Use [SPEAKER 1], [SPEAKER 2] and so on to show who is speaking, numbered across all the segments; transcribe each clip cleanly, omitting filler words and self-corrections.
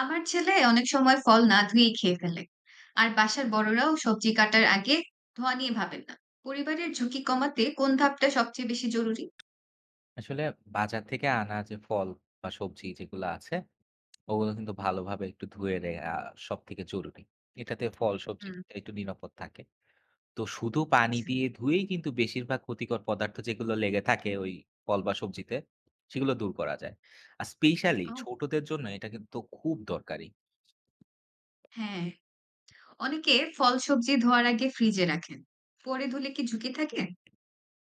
[SPEAKER 1] আমার ছেলে অনেক সময় ফল না ধুয়েই খেয়ে ফেলে। আর বাসার বড়রাও সবজি কাটার আগে ধোয়া নিয়ে ভাবেন না। পরিবারের ঝুঁকি কমাতে কোন ধাপটা সবচেয়ে বেশি জরুরি?
[SPEAKER 2] আসলে বাজার থেকে আনা যে ফল বা সবজি যেগুলো আছে, ওগুলো কিন্তু ভালোভাবে একটু ধুয়ে নেয়া সবথেকে জরুরি। এটাতে ফল, সবজি
[SPEAKER 1] হুম।
[SPEAKER 2] দুইটাই একটু নিরাপদ থাকে। তো শুধু পানি
[SPEAKER 1] আচ্ছা।
[SPEAKER 2] দিয়ে ধুয়েই কিন্তু বেশিরভাগ ক্ষতিকর পদার্থ যেগুলো লেগে থাকে ওই ফল বা সবজিতে, সেগুলো দূর করা যায়। আর স্পেশালি
[SPEAKER 1] ও,
[SPEAKER 2] ছোটদের জন্য এটা কিন্তু খুব দরকারি।
[SPEAKER 1] হ্যাঁ। অনেকে ফল সবজি ধোয়ার আগে ফ্রিজে রাখেন, পরে ধুলে কি ঝুঁকি থাকে?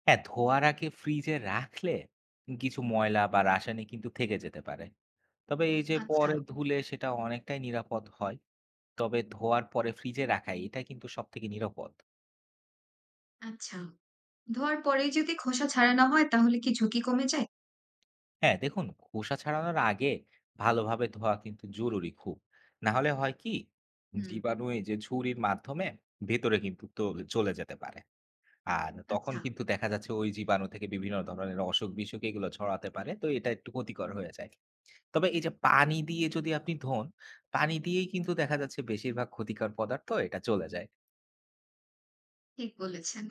[SPEAKER 2] হ্যাঁ, ধোয়ার আগে ফ্রিজে রাখলে কিছু ময়লা বা রাসায়নিক কিন্তু থেকে যেতে পারে। তবে এই যে
[SPEAKER 1] আচ্ছা।
[SPEAKER 2] পরে ধুলে সেটা অনেকটাই নিরাপদ হয়। তবে ধোয়ার পরে ফ্রিজে রাখা এটা কিন্তু সবথেকে নিরাপদ।
[SPEAKER 1] আচ্ছা, ধোয়ার পরেই যদি খোসা ছাড়ানো হয় তাহলে কি ঝুঁকি কমে যায়?
[SPEAKER 2] হ্যাঁ, দেখুন খোসা ছাড়ানোর আগে ভালোভাবে ধোয়া কিন্তু জরুরি খুব। না হলে হয় কি
[SPEAKER 1] হুম।
[SPEAKER 2] জীবাণু এই যে ঝুড়ির মাধ্যমে ভেতরে কিন্তু তো চলে যেতে পারে। আর তখন
[SPEAKER 1] আচ্ছা।
[SPEAKER 2] কিন্তু দেখা যাচ্ছে ওই জীবাণু থেকে বিভিন্ন ধরনের অসুখ-বিসুখ এগুলো ছড়াতে পারে। তো এটা একটু ক্ষতিকর হয়ে যায়। তবে এই যে পানি দিয়ে যদি আপনি ধোন, পানি দিয়েই কিন্তু দেখা যাচ্ছে বেশিরভাগ ক্ষতিকর পদার্থ এটা চলে যায়।
[SPEAKER 1] ঠিক বলেছেন।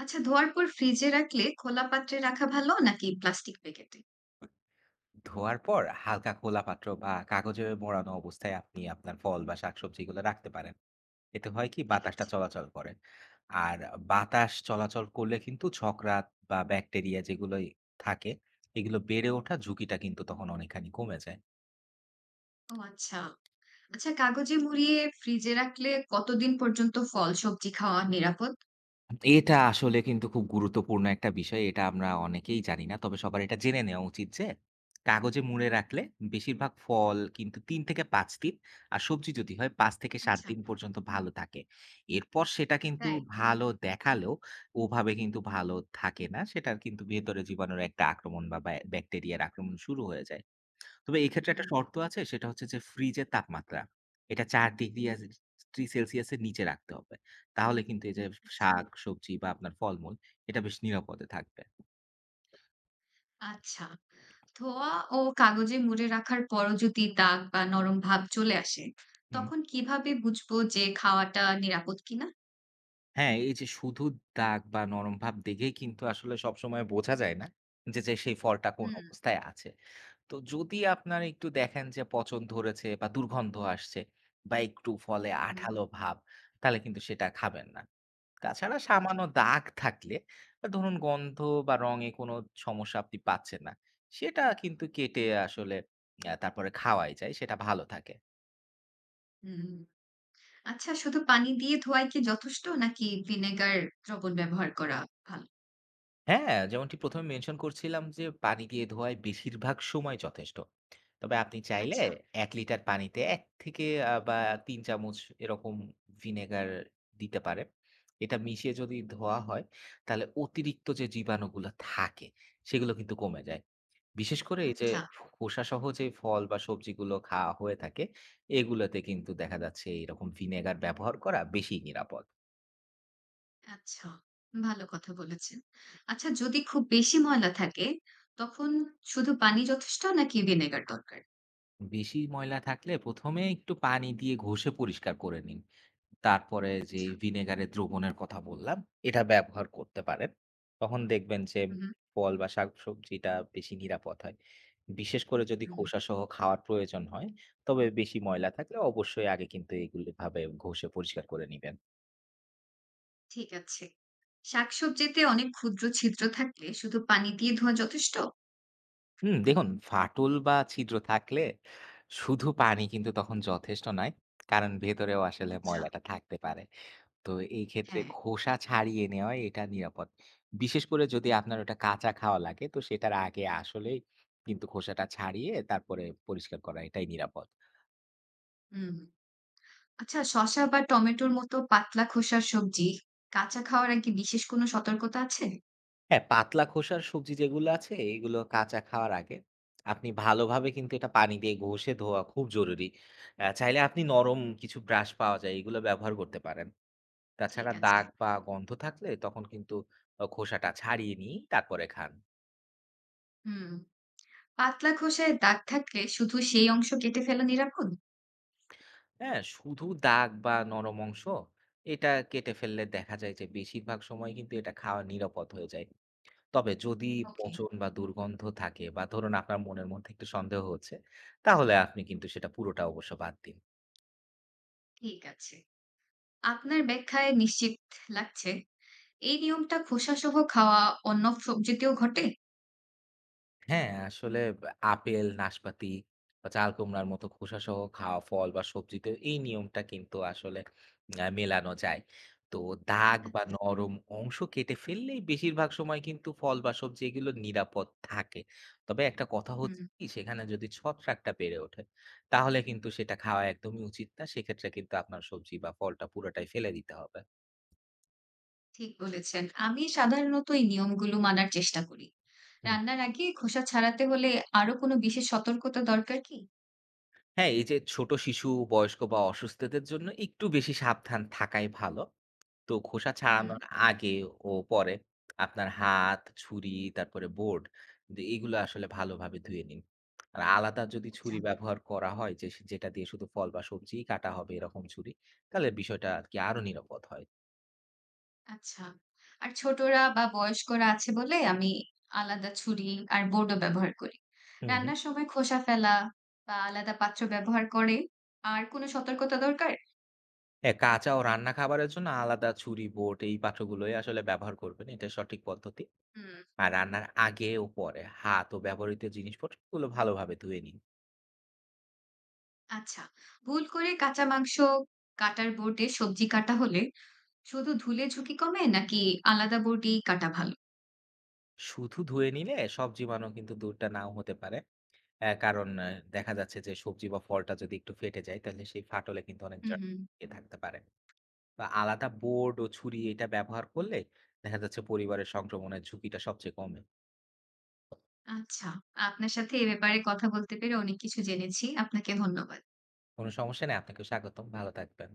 [SPEAKER 1] আচ্ছা, ধোয়ার পর ফ্রিজে রাখলে খোলা পাত্রে রাখা ভালো নাকি প্লাস্টিক প্যাকেটে?
[SPEAKER 2] ধোয়ার পর হালকা খোলা পাত্র বা কাগজে মোড়ানো অবস্থায় আপনি আপনার ফল বা শাকসবজিগুলো রাখতে পারেন। এতে হয় কি
[SPEAKER 1] ঠিক
[SPEAKER 2] বাতাসটা
[SPEAKER 1] আছে।
[SPEAKER 2] চলাচল করে, আর বাতাস চলাচল করলে কিন্তু ছকরাত বা ব্যাকটেরিয়া যেগুলোই থাকে এগুলো বেড়ে ওঠা ঝুঁকিটা কিন্তু তখন অনেকখানি কমে যায়।
[SPEAKER 1] ও আচ্ছা। আচ্ছা, কাগজে মুড়িয়ে ফ্রিজে রাখলে কতদিন পর্যন্ত ফল সবজি খাওয়া নিরাপদ?
[SPEAKER 2] এটা আসলে কিন্তু খুব গুরুত্বপূর্ণ একটা বিষয়। এটা আমরা অনেকেই জানি না। তবে সবার এটা জেনে নেওয়া উচিত যে, কাগজে মুড়ে রাখলে বেশিরভাগ ফল কিন্তু ৩ থেকে ৫ দিন আর সবজি যদি হয় ৫ থেকে ৭
[SPEAKER 1] আচ্ছা।
[SPEAKER 2] দিন পর্যন্ত ভালো থাকে। এরপর সেটা কিন্তু
[SPEAKER 1] তাই?
[SPEAKER 2] ভালো দেখালেও ওভাবে কিন্তু ভালো থাকে না। সেটার কিন্তু ভেতরে জীবাণুর একটা আক্রমণ বা ব্যাকটেরিয়ার আক্রমণ শুরু হয়ে যায়। তবে এই ক্ষেত্রে একটা
[SPEAKER 1] হুম।
[SPEAKER 2] শর্ত আছে, সেটা হচ্ছে যে ফ্রিজের তাপমাত্রা। এটা ৪ ডিগ্রি সেলসিয়াস এর নিচে রাখতে হবে। তাহলে কিন্তু এই যে
[SPEAKER 1] আচ্ছা।
[SPEAKER 2] শাক-সবজি বা আপনার ফলমূল এটা বেশ নিরাপদে থাকবে।
[SPEAKER 1] আচ্ছা। ধোয়া ও কাগজে মুড়ে রাখার পরও যদি দাগ বা নরম ভাব চলে আসে,
[SPEAKER 2] হুম।
[SPEAKER 1] তখন কিভাবে বুঝবো যে খাওয়াটা নিরাপদ কিনা?
[SPEAKER 2] হ্যাঁ, এই যে শুধু দাগ বা নরম ভাব দেখেই কিন্তু আসলে সবসময় বোঝা যায় না যে, সেই ফলটা কোন
[SPEAKER 1] হুম।
[SPEAKER 2] অবস্থায় আছে। তো যদি আপনারা একটু দেখেন যে পচন ধরেছে বা দুর্গন্ধ আসছে বা একটু ফলে
[SPEAKER 1] হুম।
[SPEAKER 2] আঠালো ভাব, তাহলে কিন্তু সেটা খাবেন না। তাছাড়া
[SPEAKER 1] ওকে।
[SPEAKER 2] সামান্য দাগ থাকলে বা ধরুন গন্ধ বা রঙে কোনো সমস্যা আপনি পাচ্ছেন না, সেটা কিন্তু কেটে আসলে তারপরে খাওয়াই যায়, সেটা ভালো থাকে।
[SPEAKER 1] হুম। আচ্ছা, শুধু পানি দিয়ে ধোয়াই কি যথেষ্ট নাকি ভিনেগার দ্রবণ ব্যবহার করা ভালো?
[SPEAKER 2] হ্যাঁ, যেমনটি ১ম এ মেনশন করছিলাম যে পানি দিয়ে ধোয়াই বেশিরভাগ সময় যথেষ্ট। তবে আপনি চাইলে
[SPEAKER 1] আচ্ছা।
[SPEAKER 2] ১ লিটার পানিতে ১ থেকে আ বা ৩ চামচ এরকম ভিনেগার দিতে পারেন। এটা মিশিয়ে যদি ধোয়া হয়, তাহলে অতিরিক্ত যে জীবাণুগুলো থাকে, সেগুলো কিন্তু কমে যায়। বিশেষ করে এই যে
[SPEAKER 1] আচ্ছা।
[SPEAKER 2] খোসাসহ যে ফল বা সবজিগুলো খাওয়া হয়ে থাকে, এগুলোতে কিন্তু দেখা যাচ্ছে এরকম ভিনেগার ব্যবহার করা বেশি নিরাপদ।
[SPEAKER 1] আচ্ছা, ভালো কথা বলেছেন। আচ্ছা, যদি খুব বেশি ময়লা থাকে তখন শুধু পানি যথেষ্ট নাকি ভিনেগার দরকার?
[SPEAKER 2] বেশি ময়লা থাকলে ১ম এ একটু পানি দিয়ে ঘষে পরিষ্কার করে নিন। তারপরে যে
[SPEAKER 1] আচ্ছা।
[SPEAKER 2] ভিনেগারের দ্রবণের কথা বললাম, এটা ব্যবহার করতে পারেন। তখন দেখবেন যে
[SPEAKER 1] হুম।
[SPEAKER 2] ফল বা শাকসবজিটা বেশি নিরাপদ হয়। বিশেষ করে যদি
[SPEAKER 1] হুম।
[SPEAKER 2] খোসাসহ খাওয়ার প্রয়োজন হয়, তবে বেশি ময়লা থাকলে অবশ্যই আগে কিন্তু এগুলো এভাবে ঘষে পরিষ্কার করে নিবেন।
[SPEAKER 1] ঠিক আছে। শাকসবজিতে অনেক ক্ষুদ্র ছিদ্র থাকলে শুধু পানি দিয়ে ধোয়া যথেষ্ট?
[SPEAKER 2] হুম, দেখুন ফাটল বা ছিদ্র থাকলে শুধু পানি কিন্তু তখন যথেষ্ট নয়। কারণ ভেতরেও আসলে
[SPEAKER 1] আচ্ছা।
[SPEAKER 2] ময়লাটা থাকতে পারে। তো এই ক্ষেত্রে
[SPEAKER 1] হ্যাঁ।
[SPEAKER 2] খোসা ছাড়িয়ে নেওয়াই এটা নিরাপদ। বিশেষ করে যদি আপনার ওটা কাঁচা খাওয়া লাগে তো সেটার আগে আসলেই কিন্তু খোসাটা ছাড়িয়ে তারপরে পরিষ্কার করা এটাই নিরাপদ।
[SPEAKER 1] হুম। আচ্ছা, শসা বা টমেটোর মতো পাতলা খোসার সবজি কাঁচা খাওয়ার আগে বিশেষ কোনো সতর্কতা আছে?
[SPEAKER 2] হ্যাঁ, পাতলা খোসার সবজি যেগুলো আছে এগুলো কাঁচা খাওয়ার আগে আপনি ভালোভাবে কিন্তু এটা পানি দিয়ে ঘষে ধোয়া খুব জরুরি। চাইলে আপনি নরম কিছু ব্রাশ পাওয়া যায় এগুলো ব্যবহার করতে পারেন।
[SPEAKER 1] ঠিক
[SPEAKER 2] তাছাড়া
[SPEAKER 1] আছে।
[SPEAKER 2] দাগ বা গন্ধ থাকলে তখন কিন্তু খোসাটা ছাড়িয়ে নিই তারপরে খান।
[SPEAKER 1] হুম। পাতলা খোসায় দাগ থাকলে শুধু সেই অংশ কেটে ফেলা নিরাপদ?
[SPEAKER 2] হ্যাঁ? শুধু দাগ বা নরম অংশ এটা কেটে ফেললে দেখা যায় যে বেশিরভাগ সময় কিন্তু এটা খাওয়া নিরাপদ হয়ে যায়। তবে যদি
[SPEAKER 1] ওকে।
[SPEAKER 2] পচন বা দুর্গন্ধ থাকে বা ধরুন আপনার মনের মধ্যে একটু সন্দেহ হচ্ছে, তাহলে আপনি কিন্তু সেটা পুরোটা অবশ্য বাদ দিন।
[SPEAKER 1] ঠিক আছে। আপনার ব্যাখ্যায় নিশ্চিত লাগছে। এই নিয়মটা খোসাসহ খাওয়া অন্য সবজিতেও ঘটে?
[SPEAKER 2] হ্যাঁ, আসলে আপেল, নাশপাতি বা চাল কুমড়ার মতো খোসাসহ খাওয়া ফল বা সবজিতে এই নিয়মটা কিন্তু আসলে মেলানো যায়। তো দাগ বা
[SPEAKER 1] আচ্ছা।
[SPEAKER 2] নরম অংশ কেটে ফেললেই বেশিরভাগ সময় কিন্তু ফল বা সবজি এগুলো নিরাপদ থাকে। তবে একটা কথা
[SPEAKER 1] হুম।
[SPEAKER 2] হচ্ছে কি সেখানে যদি ছত্রাকটা বেড়ে ওঠে, তাহলে কিন্তু সেটা খাওয়া একদমই উচিত না। সেক্ষেত্রে কিন্তু আপনার সবজি বা ফলটা পুরাটাই ফেলে দিতে হবে।
[SPEAKER 1] ঠিক বলেছেন। আমি সাধারণত এই নিয়মগুলো মানার চেষ্টা করি।
[SPEAKER 2] হুম।
[SPEAKER 1] রান্নার আগে খোসা ছাড়াতে হলে আরো কোনো বিশেষ সতর্কতা দরকার কি?
[SPEAKER 2] হ্যাঁ, এই যে ছোট শিশু, বয়স্ক বা অসুস্থদের জন্য একটু বেশি সাবধান থাকাই ভালো। তো খোসা
[SPEAKER 1] হুম।
[SPEAKER 2] ছাড়ানোর আগে ও পরে আপনার হাত, ছুরি, তারপরে বোর্ড এগুলো আসলে ভালোভাবে ধুয়ে নিন। আর আলাদা যদি
[SPEAKER 1] আচ্ছা।
[SPEAKER 2] ছুরি ব্যবহার করা হয়, যে যেটা দিয়ে শুধু ফল বা সবজিই কাটা হবে এরকম ছুরি, তাহলে বিষয়টা আরকি আরো নিরাপদ হয়।
[SPEAKER 1] আচ্ছা। আর ছোটরা বা বয়স্করা আছে বলে আমি আলাদা ছুরি আর বোর্ডও ব্যবহার করি।
[SPEAKER 2] হু, হু।
[SPEAKER 1] রান্নার সময় খোসা ফেলা বা আলাদা পাত্র ব্যবহার করে আর কোনো সতর্কতা দরকার?
[SPEAKER 2] হ্যাঁ, কাঁচা ও রান্না খাবারের জন্য আলাদা ছুরি, বোর্ড এই পাত্রগুলোই আসলে ব্যবহার করবেন। এটা সঠিক পদ্ধতি।
[SPEAKER 1] হুম।
[SPEAKER 2] আর রান্নার আগে ও পরে হাত ও ব্যবহৃত জিনিসপত্রগুলো ভালোভাবে ধুয়ে নিন।
[SPEAKER 1] আচ্ছা, ভুল করে কাঁচা মাংস কাটার বোর্ডে সবজি কাটা হলে শুধু ধুলে ঝুঁকি কমে নাকি আলাদা বোর্ডেই কাটা ভালো?
[SPEAKER 2] শুধু ধুয়ে নিলে সব জীবাণু কিন্তু দূরটা নাও হতে পারে। হ্যাঁ, কারণ দেখা যাচ্ছে যে সবজি বা ফলটা যদি একটু ফেটে যায় তাহলে সেই ফাটলে কিন্তু অনেক
[SPEAKER 1] হুম,
[SPEAKER 2] জার্ম
[SPEAKER 1] হুম।
[SPEAKER 2] ছড়িয়ে থাকতে পারে। বা আলাদা বোর্ড ও ছুরি এটা ব্যবহার করলে দেখা যাচ্ছে পরিবারের সংক্রমণের ঝুঁকিটা সবচেয়ে কমে।
[SPEAKER 1] আচ্ছা, আপনার সাথে এ ব্যাপারে কথা বলতে পেরে অনেক কিছু জেনেছি। আপনাকে ধন্যবাদ।
[SPEAKER 2] কোনো সমস্যা নেই। আপনাকেও স্বাগতম। ভালো থাকবেন।